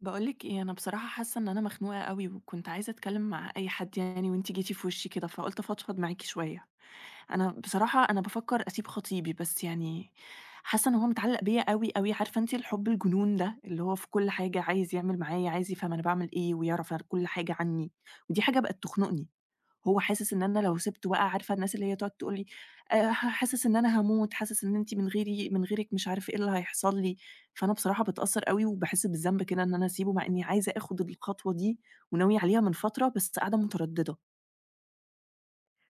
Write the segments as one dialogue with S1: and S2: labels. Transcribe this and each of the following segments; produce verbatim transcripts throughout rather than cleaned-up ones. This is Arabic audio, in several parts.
S1: باقولِك إيه، أنا بصراحة حاسة إن أنا مخنوقة أوي، وكنت عايزة أتكلم مع أي حد يعني وأنتِ جيتِ في وشي كده، فقُلت أفضفض معاكِ شوية. أنا بصراحة أنا بافكر أسيب خطيبي، بس يعني حاسة إن هو متعلق بيّا أوي، أوي، عارفة أنتِ الحب الجنون ده، اللي هو في كل حاجة عايز يعمل معايا، عايز يفهم أنا باعمل إيه، ويعرف أنا كل حاجة عني، ودي حاجة بقت تخنقني. هو حاسس إن أنا لو سِبته بقى عارفة الناس اللي هي تقعد تقول لي آآ، ح حاسس إن أنا هاموت، حاسس إن أنتِ من غيري من غيرِك مش عارف إيه اللي هيحصل لي، فأنا بصراحة باتأثّر أوي وباحس بالذنب كده إن أنا أسيبه، مع إني عايزة آخُد الخطوة دي وناوية عليها من فترة، بس قاعدة متردّدة.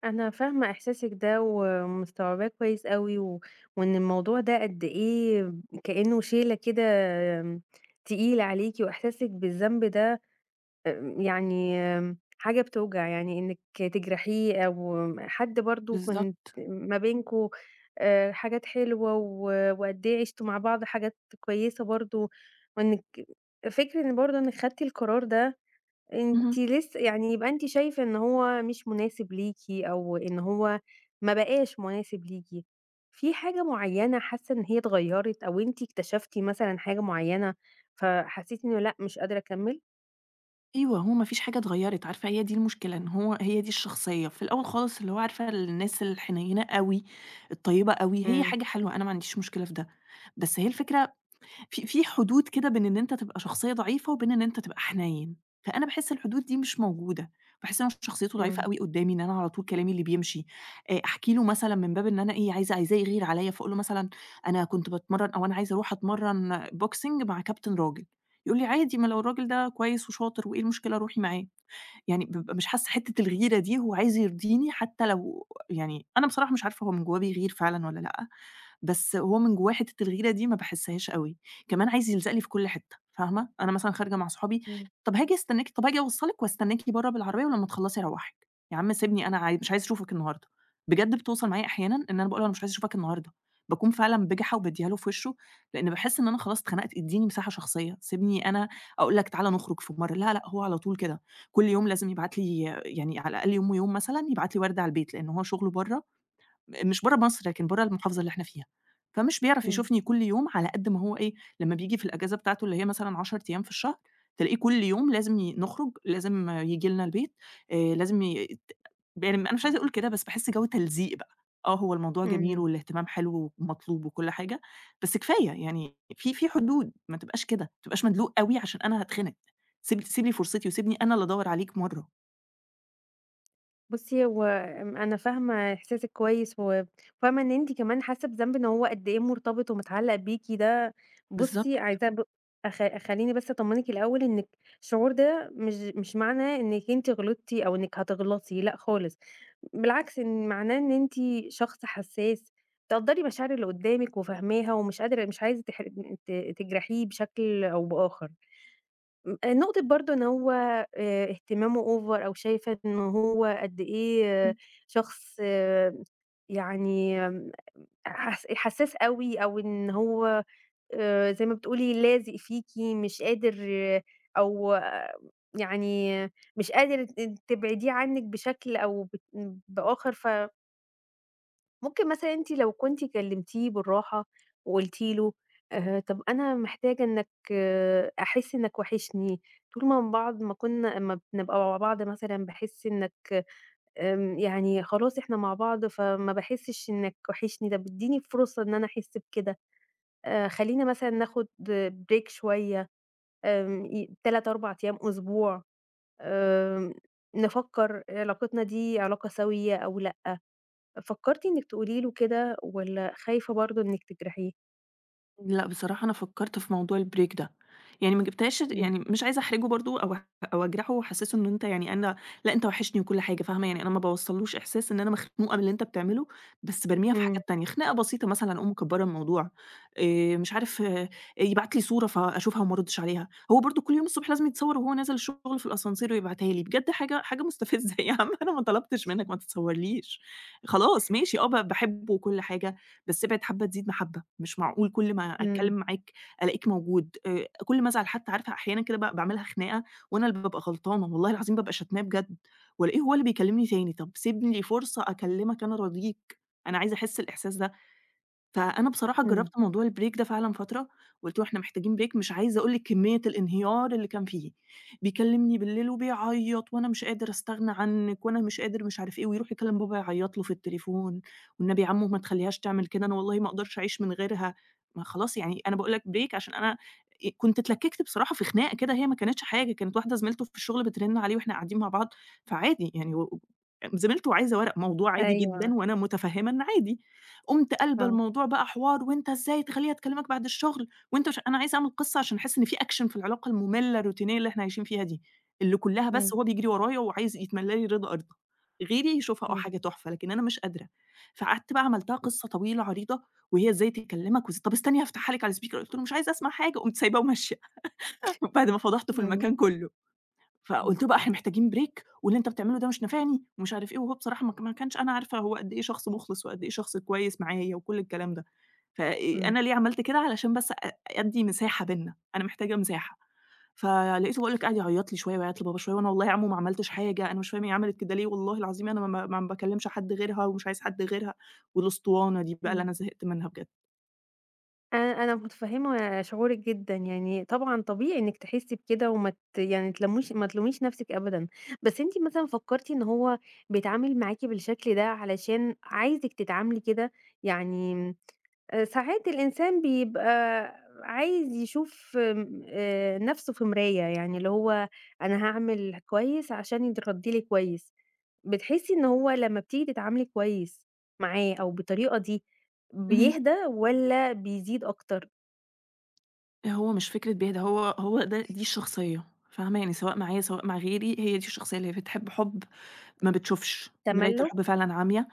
S2: أنا فاهمة إحساسِك ده ومستوعباه كويس أوي، و وإن الموضوع ده قد إيه كأنه شِيلة كده، آمم، تقيلة عليكِ، وإحساسِك بالذنب ده آمم، يعني آمم، حاجة بتوجع، يعني إنِّك تجرحيه أو حد برضه كنت
S1: بالضبط.
S2: ما بينكم آآ، حاجات حلوة، و وقد إيه عِشتوا مع بعض حاجات كويسة برضه، وإنِّك فكرة إن برضه إنِّك خدتِ القرار ده. أنتِ
S1: اهم.
S2: لسه يعني يبقى أنتِ شايفة إن هو مش مناسب ليكِ أو إن هو ما بقاش مناسب ليكِ. في حاجة معيّنة حاسة إن هي اتغيّرت أو أنتِ اكتشفتِ مثلًا حاجة معيّنة فحسيتِ إنه لأ مش قادرة أكمّل؟
S1: أيوه، هو ما فيش حاجة اتغيّرت، عارفة هي دي المشكلة، إن هو هي دي الشخصية، في الأول خالص اللي هو عارفة الناس الحنيّنة أوي، الطيبة أوي، هي
S2: إمم،
S1: حاجة حلوة أنا ما عنديش مشكلة في ده، بس هي الفكرة في في حدود كده بين إن أنت تبقى شخصية ضعيفة، وبين إن أنت تبقى حنين، فأنا باحس الحدود دي مش موجودة، باحس إن أنا شخصيته ضعيفة
S2: إمم،
S1: أوي قدّامي، إن أنا على طول كلامي اللي بيمشي، آآ أحكي له مثلًا من باب إن أنا إيه، عايزة عايزاه يغير عليَّ، فاقول له مثلًا أنا كنت باتمرّن أو أنا عايزة أروح أتمرّن boxing مع كابتن راجل، يقول لي: "عادي ما لو الراجل ده كويس وشاطر وإيه المشكلة روحي معاه." يعني بابقى مش حاسة حتّة الغيرة دي هو عايز يرضيني حتّى لو يعني أنا بصراحة مش عارفة هو من جواه بيغير فعلًا والّا لأ، بس هو من جواه حتّة الغيرة دي ما باحسّهاش أوي، كمان عايز يلزق لي في كل حتّة، فاهمة؟ أنا مثلًا خارجة مع صحابي،
S2: إمم،
S1: "طب هاجي أستناكِ، طب هاجي أوصّلِك واستناكِ برّه بالعربية ولمّا تخلّصي أروّحِك." يا عم سيبني أنا عاي مش عايزة أشوفك النهارده، بجد بتوصل معايا أحيانًا إن أنا باقول له: "أنا مش عايزة أشوفك النهارده." باكون فعلًا بجحة وبادّيها له في وشه، لإن باحس إن أنا خلاص اتخنقت، ادّيني مساحة شخصية، سيبني أنا أقول لك تعالَ نخرج في مرّة، لا، لأ، هو على طول كده. كل يوم لازم يبعت لي يعني على الأقل يوم ويوم مثلًا يبعت لي وردة على البيت، لإن هو شغله برّه، م مش برّه مصر، لكن برّه المحافظة اللي إحنا فيها، فمش بيعرف
S2: إمم،
S1: يشوفني كل يوم على قد ما هو إيه، لمّا بييجي في الأجازة بتاعته اللي هي مثلًا عشرة أيام في الشهر، تلاقيه كل يوم لازم ي نخرج، لازم ييجي لنا البيت، آآ لازم ي ت يعني أنا مش عايزة أقول كده، بس باحس جو تلزيق بقى. آه، هو الموضوع جميل
S2: إمم.
S1: والاهتمام حلو ومطلوب وكل حاجة، بس كفاية يعني في في حدود، ما تبقاش كده، ما تبقاش مدلوق أوي عشان أنا هاتخنق. سيب سيب لي فرصتي وسيبني أنا اللي أدوّر عليك مرّه.
S2: بُصّي، هو آمم، أنا فاهمة إحساسِك كويس، وفاهمة إن أنتِ كمان حاسة بذنب إن هو قد إيه مرتبط ومتعلق بيكِ ده. بُصّي،
S1: بالضبط.
S2: عايزاه ب أخ خلّيني بس أطمنِك الأول، إنِك الشعور ده مش مش معنى إنِك أنتِ غلطتِ أو إنِك هتغلطي، لأ خالص، بالعكس إن معناه إن أنتِ شخص حساس، بتقدّري مشاعر اللي قدّامِك وفاهماها ومش قادرة مش عايزة تحر ت تجرحيه بشكل أو بآخر. م آآ نقطة برضه إن هو آآ اهتمامه over، أو شايفة إن هو قد إيه آه، شخص آه، يعني آمم حس حسّاس أوي، أو إن هو آآ زي ما بتقولي لازق فيكِ، مش قادر آه، أو آه، يعني مش قادر ت تبعديه عنِّك بشكل أو ب بآخر. ف ممكن مثلًا أنتِ لو كنتِ كلمتيه بالراحة وقلتِ له آآ، طَب أنا محتاجة إنك آه أحس إنك وحشني، طول ما من بعض ما كنا أمّا بنبقى مع بعض مثلًا باحس إنك آمم، يعني خلاص إحنا مع بعض فما باحسش إنك وحشني، طَب ادّيني فرصة إن أنا أحس بكده. آآ، خلّينا مثلًا ناخد break شوية، آمم، ي ثلاث، أربعة أيام، أسبوع، آمم، نفكّر علاقتنا دي علاقة سَوِيّة أو لأ. فكرتِ إنِّك تقولي له كده والّا خايفة برضه إنِّك تجرحيه؟
S1: لأ، بصراحة أنا فكّرت في موضوع الbreak ده، يعني ما جبتهاش
S2: إمم.
S1: يعني مش عايزة أحرجه برضه أو أح أو أجرحه وأحسّسه إن أنت يعني أنا لأ، أنت وحشني وكل حاجة فاهمة، يعني أنا ما باوصّلوش إحساس إن أنا مخنوقة من اللي أنت بتعمله، بس بارميها في
S2: إمم،
S1: حاجات تانية، خناقة بسيطة مثلًا أقوم مكبّرة الموضوع، آآ مش عارف يبعت لي صورة فأشوفها وما أردش عليها، هو برضه كل يوم الصبح لازم يتصوّر وهو نازل الشغل في الascenseur ويبعتها لي، بجد حاجة حاجة مستفزة يا عم أنا ما طلبتش منّك ما تتصوّرليش، خلاص ماشي آه، ب باحبه وكل حاجة بس ابعد حبّة تزيد محبّة، مش معقول كل ما
S2: إمم،
S1: أتكلّم معاك ألاقيك موجود، آآ كل ما أزعل حتّى عارفة أحيانًا كده ب باعملها خناقة وأنا اللي بابقى غلطانة، والله العظيم بابقى شتماه بجد، وألاقيه هو اللي بيكلّمني تاني، طَب سيبني لي فرصة أكلّمك أنا أراضيك، أنا عايزة أحس الإحساس ده فأنا بصراحة
S2: إمم.
S1: جرّبت موضوع الbreak ده فعلًا فترة، وقُلت له: "إحنا محتاجين break." مش عايزة أقول لِك كمية الانهيار اللي كان فيه، بيكلمني بالليل وبيعيط، "وأنا مش قادر أستغنى عنِّك، وأنا مش قادر مش عارف إيه." ويروح يكلم بابا يعيط له في التليفون، "والنبي يا عمو ما تخلّيهاش تعمل كده، أنا والله ما أقدرش أعيش من غيرها." ما خلاص يعني أنا باقول لك break عشان أنا آآ كنت اتلككت بصراحة في خناقة كده هي ما كانتش حاجة، كانت واحدة زميلته في الشغل بترن عليه وإحنا قاعدين مع بعض، فعادي يعني و زميلته عايزة ورق، موضوع عادي
S2: أيوه،
S1: جدًا وأنا متفهمة إن عادي. قُمت قالبة
S2: آه.
S1: الموضوع بقى حوار، وأنت إزاي تخلّيها تكلمك بعد الشغل، وأنت مش أنا عايزة أعمل قصة عشان أحس إن في action في العلاقة المملة الروتينية اللي إحنا عايشين فيها دي، اللي كلّها
S2: إمم،
S1: بس هو بيجري ورايا وعايز يتملّى لي رضا أرضى، غيري يشوفها آه
S2: إمم،
S1: حاجة تحفة، لكن أنا مش قادرة. فقعدت بقى عملتها قصة طويلة عريضة، وهي إزاي تكلمك وإز طب استني هافتحها لِك على speaker قُلت له: "مش عايزة أسمع حاجة." قُمت سايباه وماشية بعد ما فضحته في
S2: إمم،
S1: المكان كلّه.
S2: إمم،
S1: فقُلت له بقى: "إحنا محتاجين break واللي أنت بتعمله ده مش نافعني." ومش عارف إيه، وهو بصراحة ما ك ما كانش أنا عارفة هو قد إيه شخص مُخلص وقد إيه شخص كويس معايا وكل الكلام ده. فآآ
S2: إمم،
S1: أنا ليه عملت كده، علشان بس أ أدّي مساحة بيننا، أنا محتاجة مساحة. فلقيته باقول لك قاعد يعيّط لي شوية ويعيّط لبابا شوية، وأنا "والله يا عمو ما عملتش حاجة، أنا مش فاهم هي عملت كده ليه، والله العظيم أنا ما ما ما باكلّمش حد غيرها ومش عايز حد غيرها." والأسطوانة دي بقى اللي
S2: إمم.
S1: أنا زهقت منها بجد.
S2: أنا أنا متفهمة شعورِك جدًا، يعني طبعًا طبيعي إنِّك تحسي بكده وما ت يعني تلموش ما تلوميش نفسِك أبدًا، بس أنتِ مثلًا فكرتِ إن هو بيتعامل معاكِ بالشكل ده علشان عايزِك تتعاملي كده؟ يعني آآ ساعات الإنسان بيبقى عايز يشوف م آآ نَفْسه في مراية، يعني اللي هو أنا هاعمل كويس عشان يتردّي لي كويس. بتحسّي إن هو لمّا بتيجي تتعاملي كويس معاه أو بالطريقة دي،
S1: اهم.
S2: بيهدى والّا بيزيد أكتر؟
S1: هو مش فكرة بيها، ده هو هو ده دي الشخصية، فاهمة؟ يعني سواء معايا، سواء مع غيري، هي دي الشخصية اللي هي بتحب حُب ما بتشوفش، مراية الحب
S2: تَمَلُّك؟
S1: فعلًا عامية،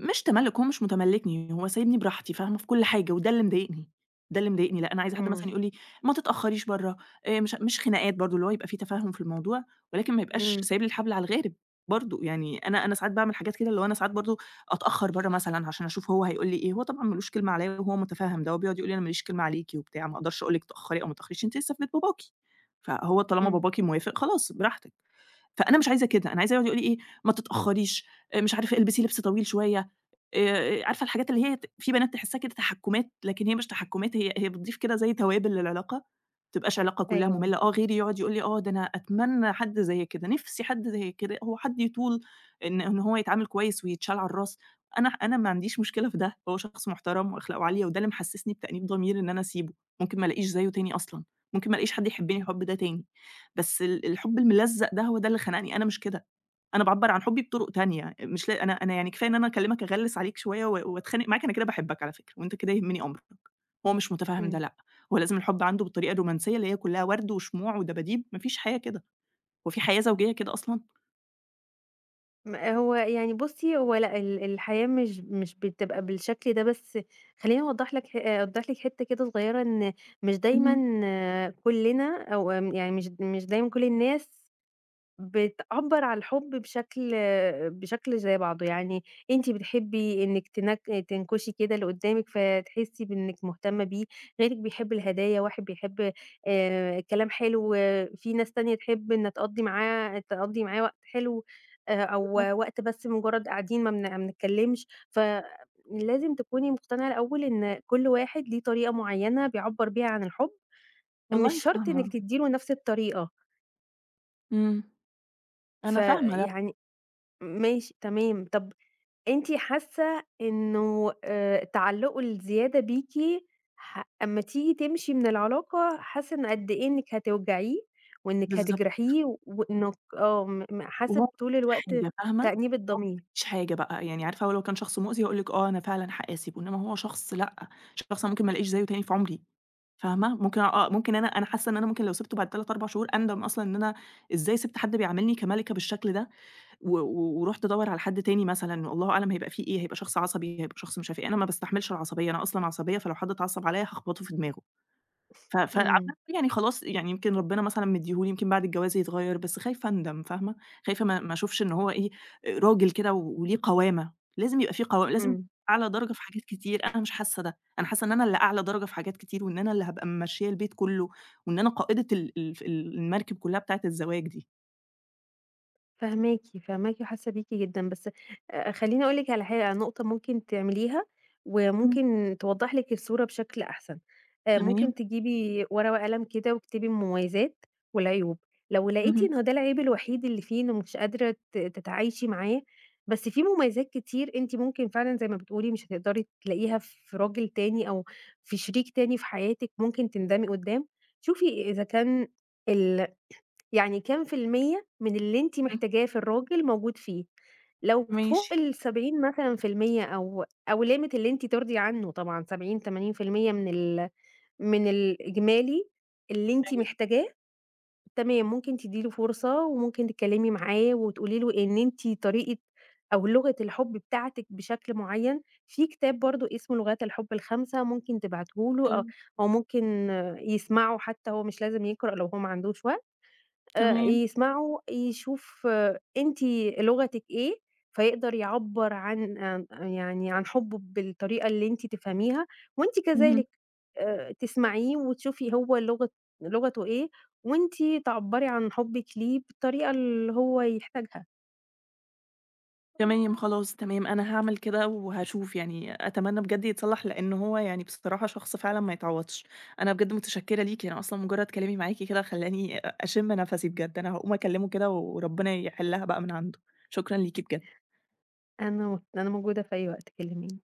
S1: مش تَمَلُّك، هو مش متملّكني، هو سايبني براحتي فاهمة؟ في كل حاجة وده اللي مضايقني، ده اللي مضايقني، لأ أنا عايزة حد
S2: إمم،
S1: مثلًا يقول لي ما تتأخّريش برّه، آآ مش مش خناقات برضه، اللي هو يبقى في تفاهم في الموضوع، ولكن ما يبقاش
S2: إمم،
S1: سايب لي الحبل على الغارب برضه، يعني أنا أنا ساعات باعمل حاجات كده، اللي هو أنا ساعات برضه أتأخّر برّه مثلًا عشان أشوف هو هيقول لي إيه، هو طبعًا ما لوش كلمة عليّا وهو متفهّم ده، هو بيقعد يقول لي أنا ما ليش كلمة عليكِ وبتاع، ما أقدرش أقول لِك اتأخّري أو ما تتأخّريش، أنتِ لسه في بيت باباكِ، فهو طالما
S2: إمم،
S1: باباكِ موافق خلاص براحتِك. فأنا مش عايزة كده، أنا عايزاه يقعد يقول لي إيه، ما تتأخّريش، آآ مش عارفة البسي لبس طويل شوية، آآ عارفة الحاجات اللي هي ت في بنات تحسّها كده تحكُّمات، لكن هي مش تحكُّمات، هي هي بتضيف كده زي توابل للعلاقة، ما تبقاش علاقة كُلّها
S2: أيوه،
S1: مُمِلّة، آه غيري يقعد يقول لي آه ده أنا أتمنى حد زي كده، نِفْسي حد زي كده، هو حد يطول إن إن هو يتعامل كويس ويتشال على الراس، أنا أنا ما عنديش مشكلة في ده، هو شخص محترم وأخلاقه عالية وده اللي محسّسني بتأنيب ضمير إن أنا أسيبه، ممكن ما ألاقيش زيّه تاني أصلًا، ممكن ما ألاقيش حد يحبّني
S2: إمم،
S1: الحُب ده تاني. بس ال الحُب الملزّق ده هو ده اللي خنقني، أنا مش كده، أنا باعبّر عن حُبّي بطُرق تانية، مش لا أنا أنا يعني كفاية إن أنا أكلّمك أغلِّس عليك شوية و وأتخانق معاك، أنا كده باحبك على فكرة وأنت كده يهمني أمرك، هو مش مُتفهِّم
S2: إمم.
S1: ده لأ، هو لازم الحُب عنده بالطريقة الرومانسية اللي هي كُلّها وَرْد وشموع ودباديب، ما فيش حياة كده، هو في حياة زوجية كده أصلًا؟
S2: م هو يعني بُصّي، هو لأ، ال الحياة مش مش بتبقى بالشكل ده، بس خلّيني أوضّح لك ح أوضّح لِك حتّة كده صغيّرة، إن مش
S1: اهم،
S2: دايمًا آه، كُلّنا أو آمم يعني مش مش دايمًا كل الناس بتعبّر عن الحُب بشكل بشكل زي بعضه. يعني أنتِ بتحبّي إنِّك تنك تنكُشي كده اللي قُدّامِك فتحسّي بإنِّك مهتمة بيه، غيرِك بيحب الهدايا، واحد بيحب آآ كلام حلو، في ناس تانية تحب إن تقضّي معاه تقضّي معاه وقت حلو، آآ أو
S1: بالضبط،
S2: وقت بس مُجرّد قاعدين ما بن ما بنتكلّمش. فلازم تكوني مقتنعة الأول إن كل واحد ليه طريقة معيّنة بيعبّر بيها عن الحُب،
S1: والله
S2: مش شرط إنِّك
S1: فاهمة،
S2: تدّي له نَفْس الطريقة.
S1: إمم، أنا فاهمة ده،
S2: فيعني ماشي تمام. طب أنتِ حاسة إنه آآ تعلُّقه الزيادة بيكِ ه أمّا تيجي تمشي من العلاقة حاسة إن قد إيه إنِّك هتوجعيه وإنِّك
S1: بالضبط،
S2: هتجرحيه و- وإنِّك آه، م م
S1: وهو ما
S2: حاسة طول
S1: خدش
S2: الوقت
S1: حاجة فاهمة،
S2: تأنيب
S1: هو ما
S2: الضمير.
S1: خدش حاجة بقى، يعني عارفة هو لو كان شخص مؤذي هاقول لِك آه، أنا فعلًا هاقاسِبه، إنّما هو شخص لأ، شخص أنا ممكن ما ألاقيش زيّه تاني في عُمري. فاهمة؟ ممكن آه، ممكن أنا أنا حاسة إن أنا ممكن لو سِبته بعد ثلاثة، أربعة شهور أندم أصلًا إن أنا إزاي سِبت حد بيعاملني كمَلِكة بالشكل ده، و و ورُحت أدوّر على حد تاني مثلًا، الله أعلم هيبقى فيه إيه، هيبقى شخص عصبي، هيبقى شخص مش عارف إيه، أنا ما باستحملش العصبية، أنا أصلًا عصبية، فلو حد اتعصب عليَّ هاخبطه في دماغه. ف
S2: إمم،
S1: فعامةً يعني خلاص يعني يمكن ربنا مثلًا مدّيه لي، يمكن بعد الجواز يتغيّر، بس خايفة أندم فاهمة، خايفة ما ما أشوفش إن هو إيه، راجل كده وليه قوامة، لازم يبقى في قوا لازم
S2: إمم.
S1: أعلى درجة في حاجات كتير، أنا مش حاسة ده، أنا حاسة إن أنا اللي أعلى درجة في حاجات كتير، وإن أنا اللي هابقى ممشية البيت كله، وإن أنا قائدة ال الف ال المركب كلها بتاعة الزواج دي.
S2: فاهماكِ، فاهماكِ وحاسة بيكِ جدًا، بس آآ خلّيني أقول لِك على حاجة، نقطة ممكن تعمليها
S1: إمم،
S2: وممكن توضّح لِك الصورة بشكل أحسن. آآ
S1: تمام،
S2: ممكن تجيبي ورقة وقلم كده واكتبي المميزات والعيوب، لو لقيتِ إن
S1: اهم،
S2: هو ده العيب الوحيد اللي فيه إنه مش قادرة ت تتعايشي معاه، بس في مميزات كتير أنتِ ممكن فعلًا زي ما بتقولي مش هتقدري تلاقيها في راجل تاني أو في شريك تاني في حياتِك، ممكن تندمي قدّام. شوفي إذا كان ال يعني كام في المِيّة من اللي أنتِ
S1: إمم،
S2: محتاجاه في الراجل موجود فيه، لو
S1: ماشي،
S2: فوق ال70 مثلًا في المِيّة أو أو limit اللي أنتِ ترضي عنه طبعًا، السبعين، ثمانين في المية من ال من الإجمالي اللي أنتِ
S1: أيوه،
S2: محتاجاه، تمام ممكن تدّي له فرصة، وممكن تتكلّمي معاه وتقولي له إن أنتِ طريقة أو لغة الحُب بتاعتِك بشكل معيّن. في كتاب برضه اسمه لغات الحُب الخمسة ممكن تبعته له، أو
S1: حلو،
S2: أو ممكن يسمعه حتى، هو مش لازم يقرأ لو هو ما عندوش وقت. آآ
S1: تمام،
S2: يسمعوا يشوف آه، أنتِ لغتِك إيه، فيقدر يعبّر عن آآ يعني عن حُبّه بالطريقة اللي أنتِ تفهميها، وأنتِ
S1: اهم.
S2: كذلك آآ تسمعيه وتشوفي هو لغة لغته إيه، وأنتِ تعبّري عن حُبِّك ليه بالطريقة اللي هو يحتاجها.
S1: تمام، خلاص تمام، أنا هاعمل كده وهاشوف يعني أتمنى بجد يتصلّح، لإن هو يعني بصراحة شخص فعلًا ما يتعوّضش. أنا بجد متشكّرة ليكِ، أنا أصلًا مجرّد كلامي معاكِ كده خلّاني أ أشم نَفَسي بجد، أنا هاقوم أكلّمه كده وربنا يحلّها بقى من عنده. شكرًا ليكِ بجد.
S2: أنا أنا موجودة في أي وقت، كلميني.